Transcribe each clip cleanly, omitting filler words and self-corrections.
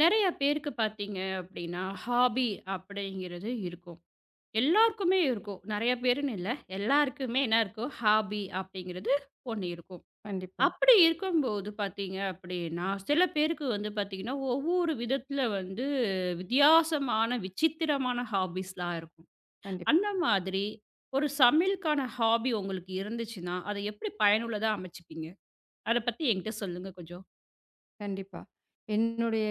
நெறைய பேருக்கு பார்த்தீங்க அப்படின்னா, ஹாபி அப்படிங்கிறது இருக்கும். எல்லாருக்குமே இருக்கும். நெறைய பேருன்னு இல்ல. எல்லாருக்குமே என்ன இருக்கும்? ஹாபி அப்படிங்கிறது ஒண்ணு இருக்கும். கண்டிப்பா, அப்படி இருக்கும்போது பார்த்தீங்க அப்படின்னா, சில பேருக்கு வந்து பார்த்தீங்கன்னா, ஒவ்வொரு விதத்தில வந்து வித்தியாசமான, விசித்திரமான ஹாபீஸ்லாம் இருக்கும். கண்டிப்பா, அந்த மாதிரி ஒரு சமையலுக்கான ஹாபி உங்களுக்கு இருந்துச்சுன்னா, அத எப்படி பயனுள்ளதா அமைச்சுப்பீங்க? அத பத்தி என்கிட்ட சொல்லுங்க கொஞ்சம். கண்டிப்பா. என்னுடைய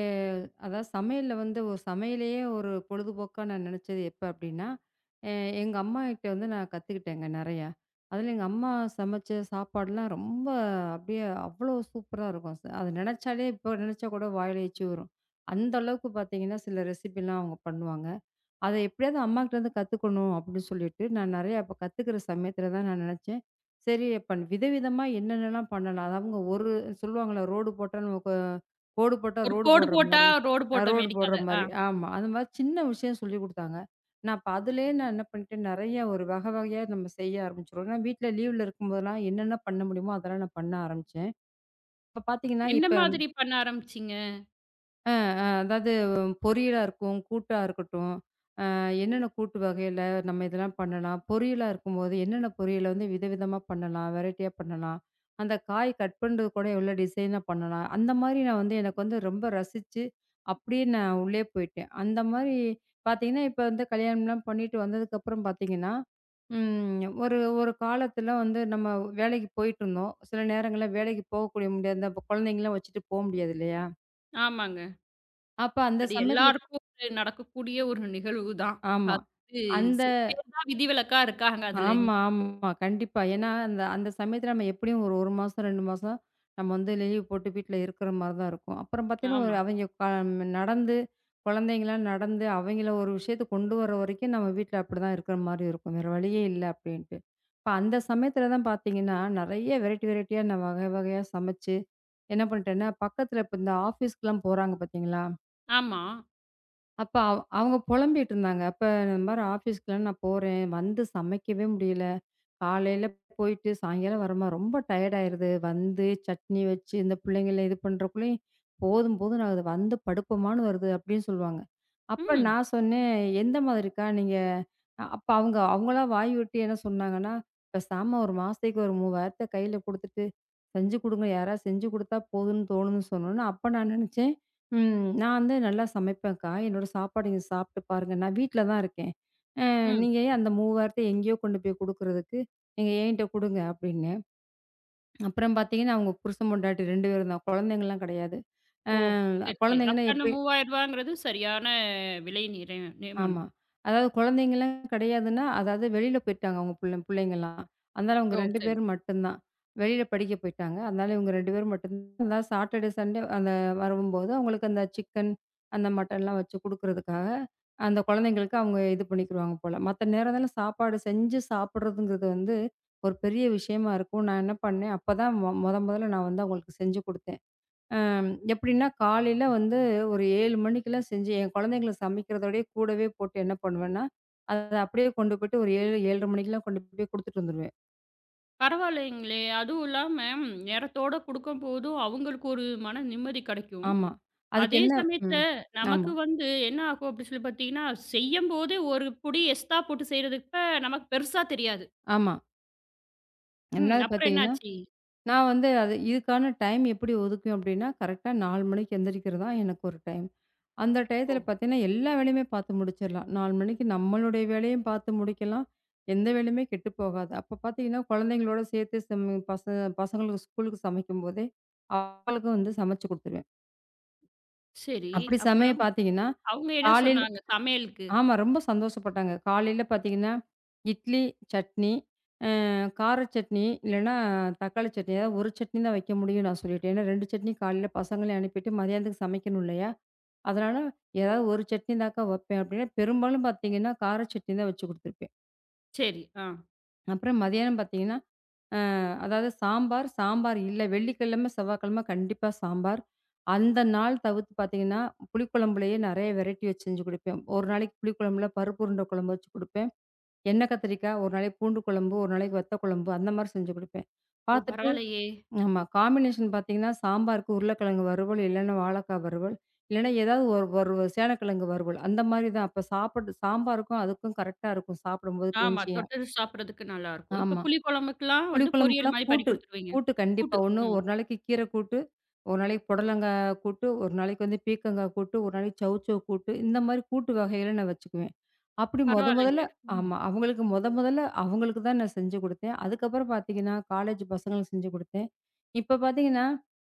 அதாவது சமையல்ல வந்து ஒரு சமையலையே ஒரு பொழுதுபோக்கா நான் நினச்சது எப்ப அப்டின்னா, அ எங்க அம்மாகிட்ட வந்து நான் கத்துக்கிட்டேங்க நெறையா. அதுல எங்க அம்மா சமைச்ச சாப்பாடுலாம் ரொம்ப அப்டியே அவ்ளோ சூப்பரா இருக்கும். அத நெனச்சாலே இப்போ நெனச்சா கூட வாயில எச்சி வரும். அந்த அளவுக்கு பாத்தீங்கன்னா, சில ரெசிபிலாம் அவங்க பண்ணுவாங்க. அத எப்படியாவது அம்மாகிட்டருந்து கத்துக்கணும் அப்படின்னு சொல்லிட்டு, நான் நெறைய அப்ப கத்துக்கிற சமயத்துல தான் நான் நெனச்சேன், சரி அப்ப விதவிதமா என்னென்னலாம் பண்ணலாம்? அதாவது ஒரு சொல்லுவாங்கள்ல ரோடு போட்டா நம்ம கோடு போட்டா ஒரு ரோடு கோடு போடுற போட்டா மாரி, ரோடு போட்ட ரோடு மேனிக்கு போடுற அத. ஆ. மாரி. ஆமா. அந்த மாரி சின்ன விஷயம் சொல்லிக் குடுத்தாங்க. நான் அப்ப அதுலயே நான் என்ன பண்ணிட்டேன், நெறைய ஒரு வகை வகையா நம்ம செய்ய ஆரம்பிச்சுருவோம். ஏன்னா வீட்ல லீவ்ல இருக்கும்போதெல்லாம் என்னென்ன பண்ண முடியுமோ அதெல்லாம் நான் பண்ண ஆரம்பிச்சேன். இப்ப பாத்தீங்கன்னா, எந்த இப்ப மாதிரி பண்ண ஆரம்பிச்சீங்க? அ அ அதாவது பொரியலா இருக்கும், கூட்டா இருக்கட்டும் என்னென்ன கூட்டு வகையில நம்ம இதெல்லாம் பண்ணலாம்? பொரியலா இருக்கும்போது என்னென்ன பொரியல வந்து விதவிதமா பண்ணலாம்? வெரைட்டியா பண்ணலாம்? அந்த காய் கட் பண்றது கூட எவ்வளோ டிசைனா பண்ணலாம்? அந்த மாரி நான் வந்து எனக்கு வந்து ரொம்ப ரசிச்சு, அப்படியே நான் உள்ளே போயிட்டேன். அந்த மாரி பார்த்தீங்கன்னா, இப்ப வந்து கல்யாணம்லாம் பண்ணிட்டு வந்ததுக்கப்புறம் பார்த்தீங்கன்னா, ஒரு ஒரு காலத்துல வந்து நம்ம வேலைக்கு போயிட்டுருந்தோம். சில நேரங்கள்ல வேலைக்கு போகக்கூடிய முடியாது. இந்த குழந்தைங்கலாம் வச்சுட்டு போ முடியாது இல்லையா? ஆமாங்க. அப்ப அந்த அது சமயத்துல எல்லாருக்கும் ஒரு நடக்கக்கூடிய ஒரு நிகழ்வு தான். ஆமா. அது அந்த சில பேர் தான் விதிவிலக்கா இருக்காங்க அதுல. ஆமா, ஆமா. கண்டிப்பா. ஏன்னா, அந்த அந்த சமயத்துல நம்ம எப்படியும் ஒரு 1 மாசம், 2 மாசம் நம்ம வந்து லீவ் போட்டு வீட்ல இருக்கிற மாரி தான் இருக்கும். அப்புறம் பார்த்தீங்கன்னா, ஒரு ஆமா, அவைங்க க நடந்து குழந்தைங்கலாம் நடந்து அவைங்கள ஒரு விஷயத்துக்கு கொண்டு வர வரைக்கும் நம்ம வீட்ல அப்படிதான் இருக்கிற மாரி இருக்கும். வேற வழியே இல்ல அப்படின்ட்டு. இப்ப அந்த சமயத்துல தான் பார்த்தீங்கன்னா, நெறைய வெரைட்டியா நான் வகை வகையா சமைச்சு என்ன பண்ணிட்டேன்னா, பக்கத்துல இப்ப இந்த ஆஃபீஸ்க்குலாம் போறாங்க பார்த்தீங்களா? ஆமா. அப்ப அவங்க புலம்பிட்டு இருந்தாங்க. அப்ப இந்த மாரி ஆஃபீஸ்க்குலாம் நான் போறேன். வந்து சமைக்கவே முடியல. காலையில போயிட்டு சாயங்காலம் வரோமா, ரொம்ப டயர்ட் ஆயிருது. வந்து சட்னி வச்சு இந்த பிள்ளைங்கள இது பண்றக்குள்ளயும் போதும் போதும்னு ஆகுது. வந்து படுப்போமான்னு வருது அப்படின்னு சொல்லுவாங்க. அப்ப ம், நான் சொன்னேன், "எந்த மாதிரிக்கா நீங்க." அப்ப அவங்க அவங்களா வாய் விட்டு என்ன சொன்னாங்கன்னா, "பேசாம ஒரு மாசத்துக்கு ஒரு 3000 கையில குடுத்துட்டு செஞ்சு குடுங்க. யாராவது செஞ்சு குடுத்தா போதும்னு தோணுதுன்னு" சொன்னோனே, அப்ப நான் நெனச்சேன். ம். நான் வந்து நல்லா சமைப்பேன்க்கா. என்னோட சாப்பாடு நீங்க சாப்பிட்டு பாருங்க. நான் வீட்ல தான் இருக்கேன். அ ம். நீங்க ஏன் அந்த 3000 எங்கேயோ கொண்டு போய் குடுக்குறதுக்கு, நீங்க என்கிட்ட குடுங்க அப்டின்னேன். அப்புறம் பார்த்தீங்கன்னா, அவங்க புருஷன் பொண்டாட்டி 2 பேரும் தான். குழந்தைங்கலாம் கிடையாது. ஓ! சரி, சரி. குழந்தைங்கன்னா அப்ப அந்த எப்படி ரூ. 3000ங்கிறது சரியான விலை ஆமா. நியமனம். அதாவது குழந்தைங்கலாம் கிடையாதுன்னா, அதாவது வெளியில போயிட்டாங்க அவங்க பிள்ளைங்கலாம். அதனால அவங்க ஓ! 2 சரி. பேரும் மட்டும் தான். வெளியில படிக்க போயிட்டாங்க. அதனால இவங்க 2 பேரும் மட்டும் தான். அதாவது சாட்டர்டே, சண்டே அந்த வரும்போது அவங்களுக்கு அந்த சிக்கன், அந்த மட்டன்லாம் வச்சு குடுக்குறதுக்காக, அந்த குழந்தைங்களுக்கு அவங்க இது பண்ணிக்கிருவாங்க போல. மத்த நேரத்துல சாப்பாடு செஞ்சு சாப்பிடுறதுங்கிறது வந்து ஒரு பெரிய விஷயமா இருக்கும். நான் என்ன பண்ணேன், அப்பதான் மொ மொத மொதல்ல நான் வந்து அவங்களுக்கு செஞ்சு குடுத்தேன். எப்படின்னா, காலையில வந்து ஒரு 7 மணிக்கெல்லாம் செஞ்சு என் குழந்தைங்களுக்கு சமைக்கிறதோடயே கூடவே போட்டு என்ன பண்ணுவேன்னா, அத அப்படியே கொண்டு போயிட்டு ஒரு 7, 7:30 மணிக்கெல்லாம் கொண்டு போய் குடுத்துட்டு வந்துருவேன். பரவாயில்லைங்களே! அதுவும் இல்லாம ம், நேரத்தோட குடுக்கும்போதும் அவங்களுக்கு ஒரு மன நிம்மதி கிடைக்கும். ஆமா. அதுக்கு அதே என்ன சமயத்துல ம். நமக்கு ஆமா, வந்து என்ன ஆகும் அப்டி சொல்லி பார்த்தீங்கன்னா, செய்யும்போதே ஒரு புடி எக்ஸ்ட்ரா போட்டு செய்றதுப்ப நமக்கு பெருசா தெரியாது. ஆமா. ம். என்னது அப்புறம் பார்த்தீங்கன்னா, என்னாச்சு? நான் வந்து அது இதுக்கான டைம் எப்படி ஒதுக்குவேன் அப்படின்னா, கரெக்ட்டா 4 மணிக்கு எந்திரிக்கிறது தான் எனக்கு ஒரு டைம். அந்த ஓ! டயத்துல பார்த்தீங்கன்னா, எல்லா வேலையுமே பார்த்து முடிச்சிடலாம். 4 மணிக்கு நம்மளுடைய வேலையும் பார்த்து முடிக்கலாம். எந்த வேலையுமே கெட்டு போகாது. அப்ப பார்த்தீங்கன்னா, குழந்தைங்களோட சேர்த்து சம் பச பசங்களுக்கு ஸ்கூலுக்கு சமைக்கும்போதே, அவளுக்கும் வந்து சமைச்சு குடுத்துருவேன். சரி. அப்படி சமைய அப்புறம் பார்த்தீங்கன்னா, அவங்க என்ன காலையில சொன்னாங்க சமையலுக்கு? ஆமா ரொம்ப சந்தோஷப்பட்டாங்க. காலையில பார்த்தீங்கன்னா, இட்லி, சட்னி, கார சட்னி இல்லன்னா தக்காளி சட்னி ஏதாவது ஒரு சட்னி தான் வைக்க முடியும் நான் சொல்லிட்டேன். ஏன்னா 2 சட்னி காலையில பசங்களையும் அனுப்பிட்டு மதியானத்துக்கு சமைக்கணும் இல்லையா? அதனால ஏதாவது ஒரு சட்னி தாக்கா வைப்பேன் அப்படின்னா, பெரும்பாலும் பார்த்தீங்கன்னா, கார சட்னி தான் வச்சு குடுத்துருப்பேன். சரி. ஆ. அப்புறம் மதியானம் பார்த்தீங்கன்னா, அதாவது சாம்பார், சாம்பார் இல்ல வெள்ளிக்கிழமை, செவ்வாய்க்கிழமை கண்டிப்பா சாம்பார். அந்த நாள் தவிர்த்து பார்த்தீங்கன்னா, புளிக்குழம்புலேயே நெறைய வெரைட்டி வச்சு செஞ்சு குடுப்பேன். ஒரு நாளைக்கு புளிக்குழம்புல பருப்பு உருண்டை குழம்பு வச்சு குடுப்பேன். எண்ணெய் கத்திரிக்காய், ஒரு நாளைக்கு பூண்டு குழம்பு, ஒரு நாளைக்கு வத்த குழம்பு அந்த மாரி செஞ்சு குடுப்பேன். ஓ! பார்த்துட்டு பரவாயில்லையே! ஆமா. காம்பினேஷன் பார்த்தீங்கன்னா, சாம்பாருக்கு உருளைக்கிழங்கு வறுவல், இல்லன்னா வாழைக்காய் வறுவல், இல்லன்னா ஏதாவது ஒரு ஒரு சேனக்கிழங்கு வறுவல். அந்த மாரி தான். அப்ப சாப்பிட்டு சாம்பாருக்கும், அதுக்கும் கரெக்ட்டா இருக்கும் சாப்பிடும்போது ஆமா. கிரின்ஞ்சியா. தொட்டு சாப்பிடுறதுக்கு நல்லாருக்கும். இப்ப ஆமா. புளி குழம்புக்கெல்லாம் வந்து பொரியல் புளிக்குழம்புக்குலாம் மாரி பண்ணி கூட்டு. குடுத்துருவீங்க. கூட்டு கண்டிப்பா. கூட்டு. ஒண்ணு ம். ஒரு நாளைக்கு கீர கூட்டு, ஒரு நாளைக்கு புடலங்காய் கூட்டு, ஒரு நாளைக்கு வந்து பீர்க்கங்காய் கூட்டு, ஒரு நாளைக்கு சௌசௌ கூட்டு, இந்த மாரி கூட்டு வகைகள நான் வச்சுக்குவேன். அப்படி மொதல்ல பரவாயில்லைங்க. ம். ஆமா. அவங்களுக்கு மொதல்ல அவங்களுக்கு தான் நான் செஞ்சு குடுத்தேன். அதுக்கப்புறம் பார்த்தீங்கன்னா, காலேஜ் பசங்களுக்கு செஞ்சு குடுத்தேன். இப்ப பார்த்தீங்கன்னா,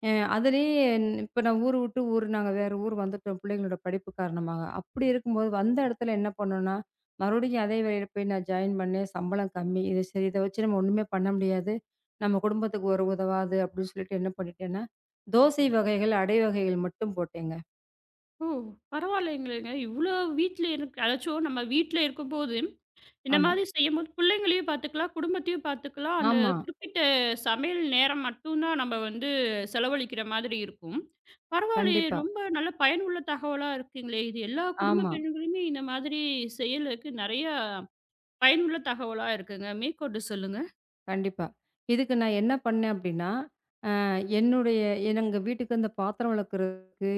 அ அதிலேயே இப்ப நான் ஊரு விட்டு ஊர் நாங்க வேற ஊர் வந்துட்டோம் பிள்ளைங்களோட படிப்பு காரணமாக. அப்படி இருக்கும்போது வந்த இடத்துல என்ன பண்ணோம்னா மறுபடியும் அதே வேலையில போய் நான் ஜாயின் பண்ணேன். சம்பளம் கம்மி. இது சரி இத வச்சு நம்ம ஒண்ணுமே பண்ண முடியாது. நம்ம குடும்பத்துக்கு ஒரு உதவாது அப்படின்னு சொல்லிட்டு என்ன பண்ணிட்டேன்னா, தோசை வகைகள், அடை வகைகள் மட்டும் போட்டேங்க. ஓ! பரவாயில்லைங்களேங்க. இவ்ளோ வீட்ல இருக்கு அதாச்சும் நம்ம வீட்ல இருக்கும்போது இந்த ஆமா. மாதிரி செய்யும்போது பிள்ளைங்களையும் பார்த்துக்கலாம், குடும்பத்தையும் பார்த்துக்கலாம். அந்த ஆமா. குறிப்பிட்ட சமையல் நேரம் மட்டும் தான் நம்ம வந்து செலவழிக்கிற மாதிரி இருக்கும். பரவாயில்லையே! கண்டிப்பா. ரொம்ப நல்ல பயனுள்ள தகவலா இருக்குங்களே! இது எல்லா குடும்ப ஆமா. பெண்களுமே இந்த மாதிரி செயலுக்கு நிறைய பயனுள்ள தகவலா இருக்குங்க. மேற்கொண்டு சொல்லுங்க. கண்டிப்பா. இதுக்கு நான் என்ன பண்ணேன் அப்படின்னா, அ என்னுடைய எங்க வீட்டுக்கு அந்த பாத்திரம் விளக்குறதுக்கு,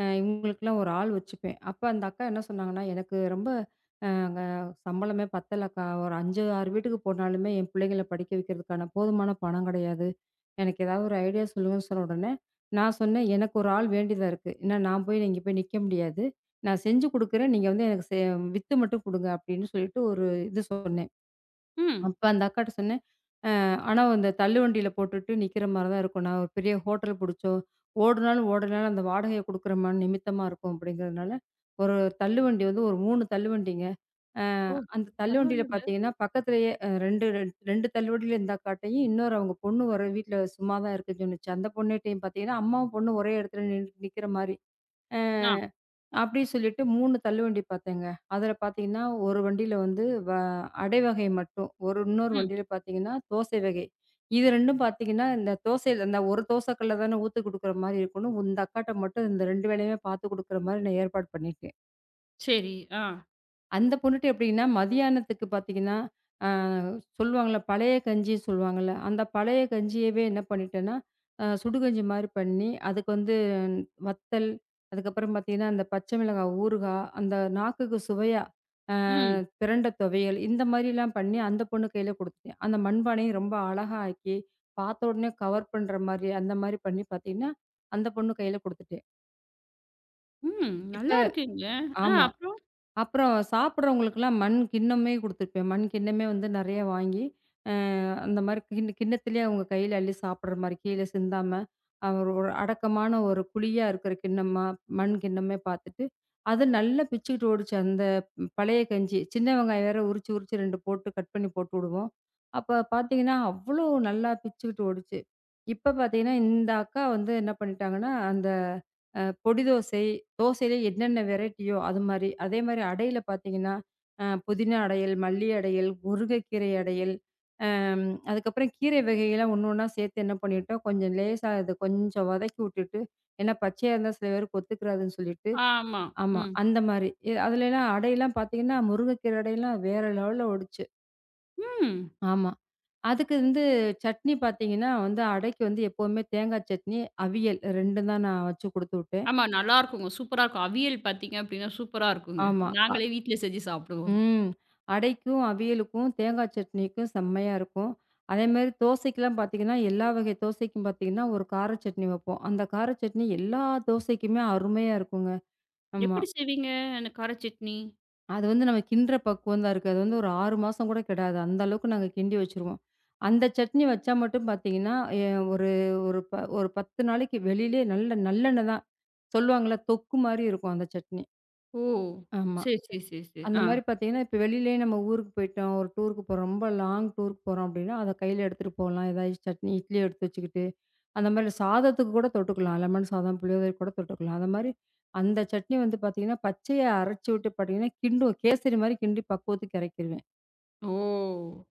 இவங்களுக்கெல்லாம் ஒரு ஆள் வச்சுப்பேன். அப்ப அந்த அக்கா என்ன சொன்னாங்கன்னா, எனக்கு ரொம்ப அங்க சம்பளமே பத்தலக்கா. ஒரு 5, 6 வீட்டுக்கு போனாலுமே என் பிள்ளைங்கள படிக்க வைக்கிறதுக்கான போதுமான பணம் கிடையாது. எனக்கு ஏதாவது ஒரு ஐடியா சொல்லுங்கன்னு சொன்ன உடனே, நான் சொன்னேன், "எனக்கு ஒரு ஆள் வேண்டியதா இருக்கு. ஏன்னா நான் போய் இங்க போய் நிக்க முடியாது. நான் செஞ்சு குடுக்குறேன். நீங்க வந்து எனக்கு வித்து மட்டும் குடுங்க." அப்படின்னு சொல்லிட்டு ஒரு இது சொன்னேன். ம். அப்ப அந்த அக்காட்ட சொன்னேன், "ஆனா அந்த தள்ளுவண்டியில போட்டுட்டு நிக்கிற மாரி தான் இருக்கும். நான் ஒரு பெரிய ஹோட்டல் புடிச்சோ, ஓடுனாலும் ஓடுனாலும் அந்த வாடகைய குடுக்குற மாரி நிமித்தமா இருக்கும்." அப்படிங்கிறதுனால, ஒரு தள்ளுவண்டி வந்து ஒரு 3 தள்ளுவண்டிங்க. ஓ! அந்த தள்ளுவண்டியில பரவாயில்லங்க. பார்த்தீங்கன்னா, பக்கத்திலேயே அ 2 ரெண் 2 தள்ளுவண்டியில இருந்தா காட்டியும், இன்னொரு அவங்க பொண்ணு ஒரு வீட்ல சும்மா தான் இருக்குன்னு சொன்னுச்சு. அந்த பொண்ணுட்டயும் பார்த்தீங்கன்னா, அம்மாவும் பொண்ணும் ஒரே இடத்துல நிக்கிற மாரி. அ ஆ. அப்படி சொல்லிட்டு 3 தள்ளுவண்டி பார்த்தேங்க. அதில பார்த்தீங்கன்னா, ஒரு வண்டியில வந்து வ அடை வகை மட்டும். ஒரு இன்னொரு ம். வண்டியில பார்த்தீங்கன்னா, தோசை வகை. இது 2ம் பார்த்தீங்கன்னா, இந்த தோசையில அந்த ஒரு தோசை கல்ல தானே ஊத்தி குடுக்குற மாரி இருக்கணும். இந்த அக்காட்ட மட்டும் இந்த 2 வேலையுமே பார்த்து குடுக்குற மாரி நான் ஏற்பாடு பண்ணிட்டேன். சரி. ஆ. அந்த பொண்ணுட்ட எப்படின்னா, மதியானத்துக்கு பார்த்தீங்கன்னா, அ சொல்லுவாங்கள்ல, பழைய கஞ்சி சொல்லுவாங்கள்ல. அந்த பழைய கஞ்சியவே என்ன பண்ணிட்டேன்னா, சுடுகஞ்சி மாரி பண்ணி, அதுக்கு வந்து வத்தல், அதுக்கப்புறம் பார்த்தீங்கன்னா, அந்த பச்சை மிளகாய் ஊறுகாய், அந்த நாக்குக்கு சுவையா, அ ம். பிரண்ட துவையல், இந்த மாரிலாம் பண்ணி அந்த பொண்ணு கையில குடுத்துட்டேன். அந்த மண்பானையும் ரொம்ப அழகா ஆக்கி, பார்த்த உடனே கவர் பண்ற மாரி, அந்த மாரி பண்ணி பார்த்தீங்கன்னா, அந்த பொண்ணு கையில குடுத்துட்டேன். ம். இப்ப நல்லா இருக்குங்க. ஆ ஆமா. அப்புறம்? அப்புறம் சாப்பிடுறவங்களுக்குலாம் மண் கிண்ணமே குடுத்துருப்பேன். மண் கிண்ணமே வந்து நெறைய வாங்கி, அ அந்த மாரி கிண்ணத்திலேயே அவங்க கையில அள்ளி சாப்பிடுற மாரி கீழ சிந்தாம, அ ஒரு ஒரு அடக்கமான ஒரு குழியா இருக்கிற கிண்ணமா, மண் கிண்ணமே பார்த்துட்டு, அது நல்லா பிச்சுக்கிட்டு ஓடுச்சு. அந்த பழைய கஞ்சி. சின்ன வெங்காயம் வேற உரிச்சு, உரிச்சு 2 போட்டு கட் பண்ணி போட்டு விடுவோம். அப்ப பார்த்தீங்கன்னா, அவ்வளோ நல்லா பிச்சுக்கிட்டு ஓடுச்சு. இப்ப பார்த்தீங்கன்னா, இந்த அக்கா வந்து என்ன பண்ணிட்டாங்கன்னா, அந்த பொடி தோசை, தோசையிலே என்னென்ன வெரைட்டியோ அது மாரி. அதே மாரி அடையில பார்த்தீங்கன்னா, புதினா அடையல், மல்லி அடையல், முருங்கைக்கீரை அடையல், அம் அதுக்கப்புறம் கீரை வகைகள்லாம் ஒண்ணா சேர்த்து என்ன பண்ணிட்டோம், கொஞ்சம் லேசா அத கொஞ்சம் வதக்கி விட்டுட்டு, ஏன்னா பச்சையா இருந்தா சில பேருக்கு ஒத்துக்கிறாதுன்னு சொல்லிட்டு ஆமா. ஆமா. ம். அந்த மாரி. அதுலலாம் அடையெல்லாம் பார்த்தீங்கன்னா, முருங்கைக்கீரை அடையெல்லாம் வேற லெவல்ல ஓடுச்சு. ம். ஆமா. அதுக்கு வந்து சட்னி பார்த்தீங்கன்னா வந்து, அடைக்கு வந்து எப்பவுமே தேங்காய் சட்னி, அவியல் 2 தான் நான் வச்சு குடுத்து விட்டேன். ஆமா. நல்லாருக்குங்க. சூப்பரா இருக்கும். அவியல் பார்த்தீங்க அப்டின்னா, சூப்பரா இருக்குங்க. ஆமா. அ நாங்களே வீட்ல செஞ்சு சாப்பிடுவோம். ம். அடைக்கும், அவியலுக்கும், தேங்காய் சட்னிக்கும் செம்மையா இருக்கும். அதேமாரி தோசைக்கெல்லாம் பார்த்தீங்கன்னா, எல்லா வகை தோசைக்கும் பார்த்தீங்கன்னா, ஒரு கார சட்னி வைப்போம். அந்த கார சட்னி எல்லா தோசைக்குமே அருமையா இருக்குங்க. ஆமா. எப்படி செய்வீங்க அந்த கார சட்னி? அது வந்து நம்ம கிண்டுற பக்குவம் தான் இருக்கு. அது வந்து ஒரு 6 மாசம் கூட கெடாது. அந்த அளவுக்கு நாங்க கிண்டி வச்சுருவோம். அந்த சட்னி வச்சா மட்டும் பார்த்தீங்கன்னா, எ ஒரு ஒரு ப ஒரு 10 நாளைக்கு வெளியிலே நல்ல நல்லெண்ணெய் தான். சொல்லுவாங்கள்ல, தொக்கு மாரி இருக்கும் அந்த சட்னி. ஓ! ஆமா. சரி, சரி, சரி, சரி. அந்த ஆ. மாரி பார்த்தீங்கன்னா, இப்ப வெளியிலயே நம்ம ஊருக்கு போயிட்டோம். ஒரு டூருக்கு போறோம். ரொம்ப லாங் டூருக்கு போறோம் அப்படின்னா, அத கையில எடுத்துட்டு போலாம். ஏதாவது சட்னி, இட்லி எடுத்து வச்சுக்கிட்டு, அந்த மாரி சாதத்துக்கு கூட தொட்டுக்கலாம். லெமன் சாதம், புளியோதரைக்கு கூட தொட்டுக்கலாம். அந்த மாரி அந்த சட்னி வந்து பார்த்தீங்கன்னா, பச்சையா அரைச்சு விட்டு பார்த்தீங்கன்னா, கிண்டுவேன். கேசரி மாரி கிண்டி பக்குவத்துக்கு இறக்கிருவேன். ஓ!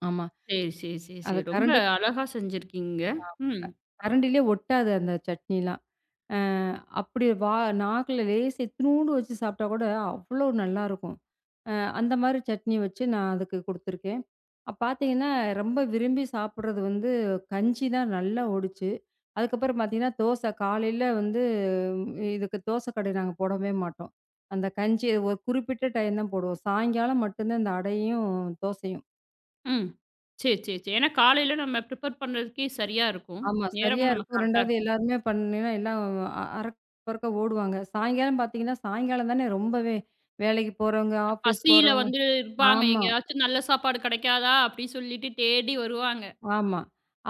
ஆமா. சரி, சரி, சரி, அது சரி. ரொம்ப கரண்டி அழகா செஞ்சிருக்கீங்க. ம், கரண்டிலே ஒட்டாது அந்த சட்னிலாம். அ அப்படி வா நாக்குல லேசா இத்துணூண்டு வச்சு சாப்பிட்டா கூட அவ்வளோ நல்லாருக்கும். அ அந்த மாரி சட்னி வச்சு நான் அதுக்கு குடுத்துருக்கேன். அப்ப பார்த்தீங்கன்னா, ரொம்ப விரும்பி சாப்பிடுறது வந்து கஞ்சி தான் நல்லா ஓடுச்சு. அதுக்கப்புறம் பார்த்தீங்கன்னா, தோசை காலையில வந்து இதுக்கு தோசை கடை நாங்க போடவே மாட்டோம். அந்த கஞ்சி ஒரு குறிப்பிட்ட டைம் தான் போடுவோம். சாயங்காலம் மட்டும்தான் இந்த அடையும், தோசையும். ம். சரி, சரி, சரி. ஏன்னா காலையில நம்ம ப்ரிப்பேர் பண்றதுக்கே சரியா இருக்கும். ஆமா சரியா நேரமும் நமக்கு இருக்கும். கரெக்ட்டா 2வது இருக்கும். எல்லாருமே பண்ணீங்கன்னா, எல்லாம் அ அரக்க பறக்க ஓடுவாங்க. சாயங்காலம் பார்த்தீங்கன்னா, சாயங்காலம் தானே ரொம்பவே வேலைக்கு போறவங்க, ஆஃபீஸ் பசியில போறவங்க வந்து இருப்பாங்க. ஆமா. எங்கேயாச்சும் நல்ல சாப்பாடு கிடைக்காதா? அப்படி சொல்லிட்டு தேடி வருவாங்க. ஆமா.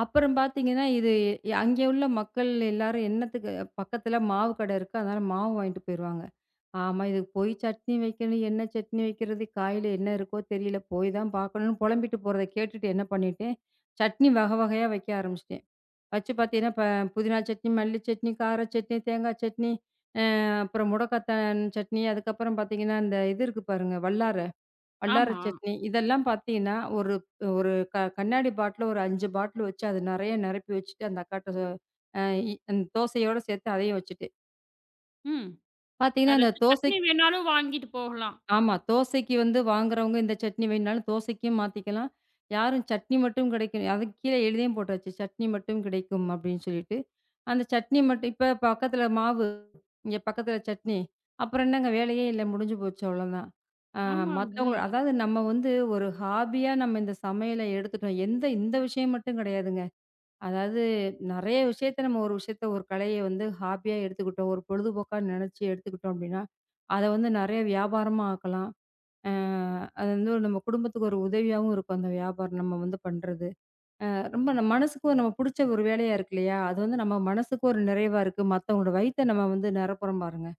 அப்புறம் பார்த்தீங்கன்னா, இது அங்கே உள்ள மக்கள் எல்லாரும் என்னத்துக்கு பக்கத்தில மாவு கடை இருக்கு. அதனால மாவு வாங்கிட்டு போயிருவாங்க. ஆமா இதுக்கு போய் சட்னி வைக்கணும், என்ன சட்னி வைக்கிறது, காயில என்ன இருக்கோ தெரியல. போய் தான் பார்க்கணும்னு புலம்பிட்டு போறத கேட்டுட்டு என்ன பண்ணிட்டேன், சட்னி வகை வகையா வைக்க ஆரம்பிச்சுட்டேன். வச்சு பார்த்தீங்கன்னா, இப்ப புதினா சட்னி, மல்லி சட்னி, கார சட்னி, தேங்காய் சட்னி, அ அப்புறம் முடக்கத்தான் சட்னி, அதுக்கப்புறம் பார்த்தீங்கன்னா, இந்த இது இருக்கு பாருங்க, வல்லார். வல்லார ஆமா. சட்னி. இதெல்லாம் பார்த்தீங்கன்னா, ஒரு ஒரு க கண்ணாடி பாட்டில் ஒரு 5 பாட்டில் வச்சு அது நெறைய நிரப்பி வச்சுட்டு, அந்த அக்காட்ட அ இ அந்த தோசையோட சேர்த்து அதையும் வச்சுட்டு, ம். பார்த்தீங்கன்னா அந்த யாராச்சும் தோசை சட்னி வேணாலும் வாங்கிட்டு போகலாம். ஆமா. தோசைக்கு வந்து வாங்குறவங்க இந்த சட்னி வேணுனாலும் தோசைக்கும் மாத்திக்கலாம். யாரும் சட்னி மட்டும் கிடைக்கும். அதுக்கு கீழே எழுதியும் போட்டாச்சு. சட்னி மட்டும் கிடைக்கும் அப்படின்னு சொல்லிட்டு. அந்த சட்னி மட்டும் இப்ப பக்கத்துல மாவு, இங்க பக்கத்துல சட்னி. அப்புறம் என்னங்க வேலையே இல்ல. முடிஞ்சு போச்சு அவ்வளோதான். ஆ ஆமாங்க. மத்தவங்கள அதாவது நம்ம வந்து ஒரு ஹாபியா நம்ம இந்த சமையல எடுத்துட்டோம். எந்த இந்த விஷயம் மட்டும் கிடையாதுங்க. அதாவது நெறைய விஷயத்த நம்ம ஒரு விஷயத்த ஒரு கலைய வந்து ஹாபியா எடுத்துக்கிட்டோம். ஒரு பொழுதுபோக்கா நெனச்சு எடுத்துக்கிட்டோம் அப்படின்னா, அத வந்து நெறைய வியாபாரமா ஆக்கலாம். அ அது வந்து ஒரு நம்ம குடும்பத்துக்கு ஒரு உதவியாவும் இருக்கும் அந்த வியாபாரம் நம்ம வந்து பண்றது. ரொம்ப நம்ம மனசுக்கு ஒரு நம்ம புடிச்ச ஒரு வேலையா இருக்கு இல்லையா? அது வந்து நம்ம மனசுக்கு ஒரு நிறைவா இருக்கு. மத்தவங்களோட வயித்த நம்ம வந்து நிரப்புறோம் பாருங்க.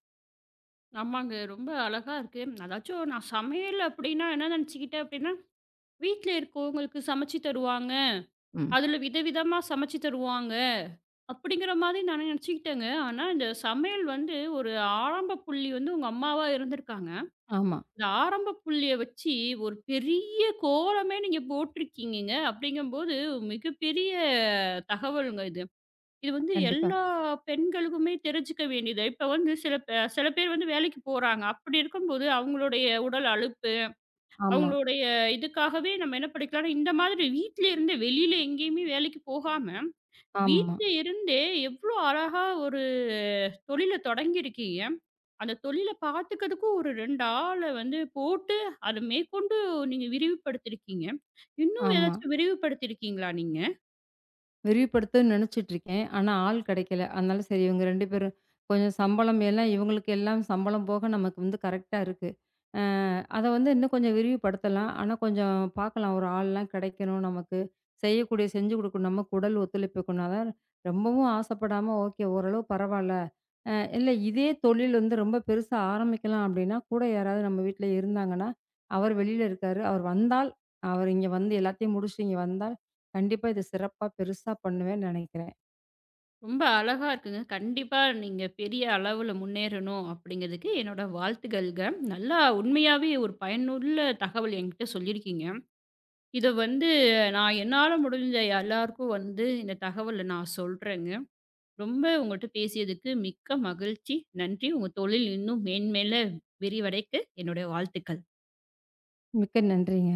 ஆமாங்க. ரொம்ப அழகா இருக்கு. அதாச்சும் நான் சமையல் அப்படின்னா என்ன நினச்சுக்கிட்டேன் அப்படின்னா, வீட்ல இருக்கவங்களுக்கு சமைச்சு தருவாங்க. ம். அதில விதவிதமா சமைச்சு தருவாங்க. அப்படிங்கிற மாரி நான் நினச்சுக்கிட்டேங்க. ஆனா, இந்த சமையல் வந்து ஒரு ஆரம்ப புள்ளி வந்து உங்க அம்மாவா இருந்திருக்காங்க. ஆமா. இந்த ஆரம்ப புள்ளிய வச்சு ஒரு பெரிய கோலமே நீங்க போட்டிருக்கீங்கங்க. அப்படிங்கும்போது மிகப்பெரிய தகவலுங்க இது. இது வந்து கண்டிப்பா. எல்லா பெண்களுக்குமே தெரிஞ்சுக்க வேண்டியது. இப்ப வந்து சில பேர் வந்து வேலைக்கு போறாங்க. அப்படி இருக்கும்போது அவங்களுடைய உடல் அலுப்பு, ஆமா, அவங்களுடைய இதுக்காகவே நம்ம என்ன படிக்கலாம்னா, இந்த மாதிரி வீட்ல இருந்தே வெளியில எங்கேயுமே வேலைக்கு போகாம, ஆமா, வீட்ல இருந்தே எவ்ளோ அழகா ஒரு தொழில தொடங்கியிருக்கீங்க. அந்த தொழில பார்த்துக்கிறதுக்கும் ஒரு 2 ஆள வந்து போட்டு, அத மேற்கொண்டு நீங்க விரிவுபடுத்தியிருக்கீங்க. இன்னும் ஆமா. ஏதாச்சும் விரிவுபடுத்தியிருக்கீங்களா நீங்க? விரிவுபடுத்தணும்னு நெனச்சிட்டு இருக்கேன். ஆனா ஆள் கெடைக்கல. அதனால சரி இவங்க 2 பேரும் கொஞ்சம் சம்பளம் எல்லாம் இவங்களுக்கு எல்லாம் சம்பளம் போக நமக்கு வந்து கரெக்ட்டா இருக்கு. அ அத வந்து இன்னும் கொஞ்சம் விரிவுபடுத்தலாம். ஆனா, கொஞ்சம் பார்க்கலாம். ஒரு ஆள்லாம் கிடைக்கணும் நமக்கு. செய்யக்கூடிய செஞ்சு குடுக்கணும். நமக்கு உடல் ஒத்துழைப்பு இருக்கணும். அதான் ரொம்பவும் ஆசைப்படாம, ஓகே ஓரளவு பரவால்ல. இல்ல இதே தொழில் வந்து ரொம்ப பெருசா ஆரம்பிக்கலாம் அப்டின்னா, கூட யாராவது நம்ம வீட்ல இருந்தாங்கன்னா, அவர் வெளியில இருக்காரு. அவர் வந்தால், அவர் இங்க வந்து எல்லாத்தையும் முடிச்சுட்டு இங்க வந்தால், கண்டிப்பா இத சிறப்பா பெருசா பண்ணுவேன்னு நெனைக்கிறேன். ரொம்ப அழகா இருக்குங்க. கண்டிப்பா நீங்க பெரிய அளவுல முன்னேறணும் அப்படிங்கிறதுக்கு என்னோட வாழ்த்துக்கள்ங்க. நல்லா உண்மையாவே ஒரு பயனுள்ள தகவல் என்கிட்ட சொல்லியிருக்கீங்க. இத வந்து நான் என்னால முடிஞ்ச எல்லாருக்கும் வந்து இந்த தகவல நான் சொல்றேங்க. ரொம்ப உங்கள்ட்ட பேசியதுக்கு மிக்க மகிழ்ச்சி. நன்றி. உங்க தொழில் இன்னும் மேன்மேல விரிவடைக்க என்னுடைய வாழ்த்துக்கள். மிக்க நன்றிங்க.